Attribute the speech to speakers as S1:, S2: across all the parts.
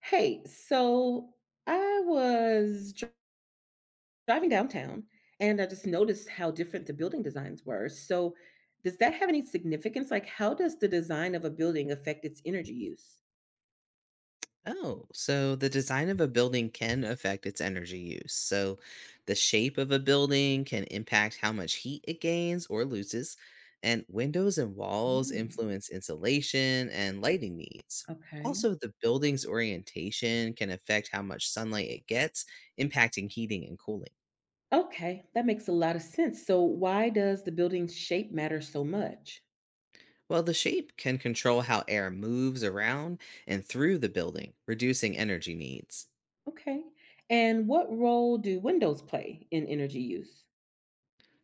S1: Hey, so I was driving downtown and I just noticed how different the building designs were. So, does that have any significance? Like, how does the design of a building affect its energy use?
S2: Oh, so the design of a building can affect its energy use. So the shape of a building can impact how much heat it gains or loses, and windows and walls
S1: Ooh,
S2: influence insulation and lighting needs.
S1: okay.
S2: Also, the building's orientation can affect how much sunlight it gets, impacting heating and cooling.
S1: Okay, that makes a lot of sense. So, why does the building's shape matter so much?
S2: While the shape can control how air moves around and through the building, reducing energy needs.
S1: Okay. And what role do windows play in energy use?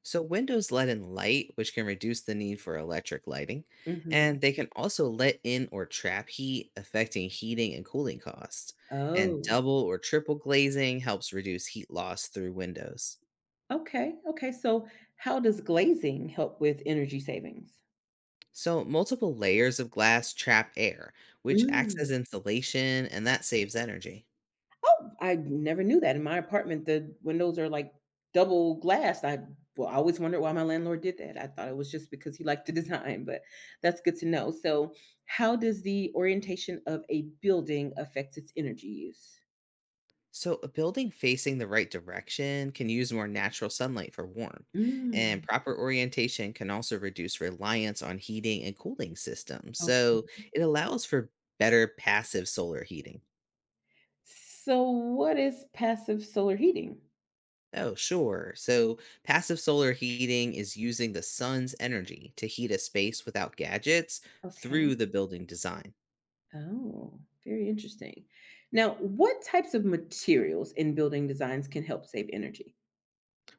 S2: So windows let in light, which can reduce the need for electric lighting,
S1: Hmm.
S2: and they can also let in or trap heat, affecting heating and cooling costs. And
S1: Oh,
S2: double or triple glazing helps reduce heat loss through windows.
S1: okay. Okay. So, how does glazing help with energy savings?
S2: So multiple layers of glass trap air, which acts as
S1: Mm.
S2: insulation, and that saves energy.
S1: Oh, I never knew that. In my apartment, the windows are like double glass. I always wondered why my landlord did that. I thought it was just because he liked the design, but that's good to know. So, how does the orientation of a building affect its energy use?
S2: So, a building facing the right direction can use more natural sunlight for warmth, and
S1: Mm.
S2: proper orientation can also reduce reliance on heating and cooling systems.
S1: Okay.
S2: So, it allows for better passive solar heating.
S1: So, what is passive solar heating?
S2: Oh, sure. So, passive solar heating is using the sun's energy to heat a space without gadgets
S1: Okay.
S2: through the building design.
S1: Oh, very interesting. Now, what types of materials in building designs can help save energy?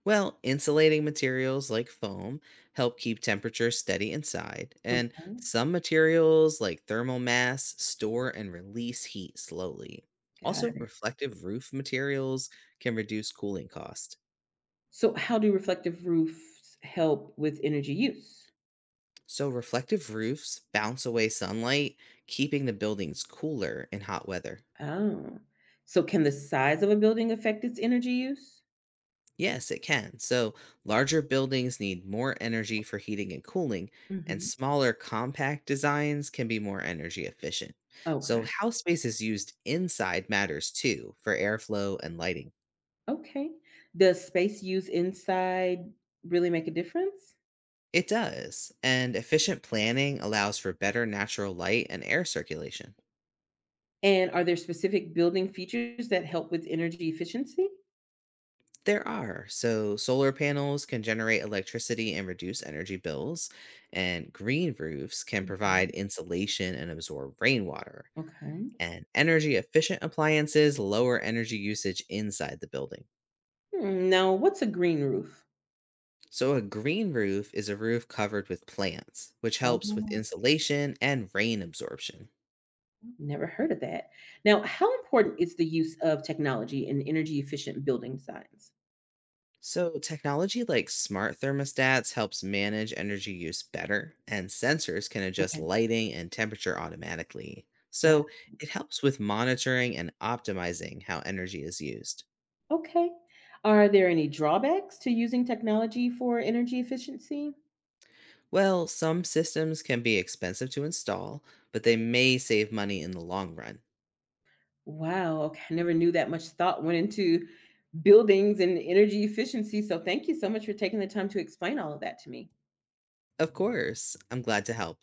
S2: Well, insulating materials like foam help keep temperature steady inside, and
S1: Okay.
S2: some materials like thermal mass store and release heat slowly. Also,
S1: Got.
S2: reflective roof materials can reduce cooling cost.
S1: So how do reflective roofs help with energy use?
S2: So, reflective roofs bounce away sunlight, keeping the buildings cooler in hot weather.
S1: Oh. So can the size of a building affect its energy use?
S2: Yes, it can. So, larger buildings need more energy for heating and cooling, and
S1: Hmm.
S2: smaller, compact designs can be more energy efficient. So,
S1: Okay.
S2: how space is used inside matters too for airflow and lighting.
S1: Okay. Does space used inside really make a difference?
S2: It does, and efficient planning allows for better natural light and air circulation.
S1: And are there specific building features that help with energy efficiency?
S2: There are, so solar panels can generate electricity and reduce energy bills, and green roofs can provide
S1: Hmm.
S2: insulation and absorb rainwater
S1: Okay.
S2: and energy efficient appliances lower energy usage inside the building.
S1: Hmm, now, what's a green roof?
S2: So, a green roof is a roof covered with plants, which helps with
S1: Oh.
S2: insulation and rain absorption.
S1: Never heard of that. Now, how important is the use of technology in energy efficient building designs?
S2: So, technology like smart thermostats helps manage energy use better, and sensors can adjust
S1: Okay.
S2: lighting and temperature automatically. So, it helps with monitoring and optimizing how energy is used.
S1: Okay. Are there any drawbacks to using technology for energy efficiency?
S2: Well, some systems can be expensive to install, but they may save money in the long run.
S1: Wow, okay. I never knew that much thought went into buildings and energy efficiency. So thank you so much for taking the time to explain all of that to me.
S2: Of course. I'm glad to help.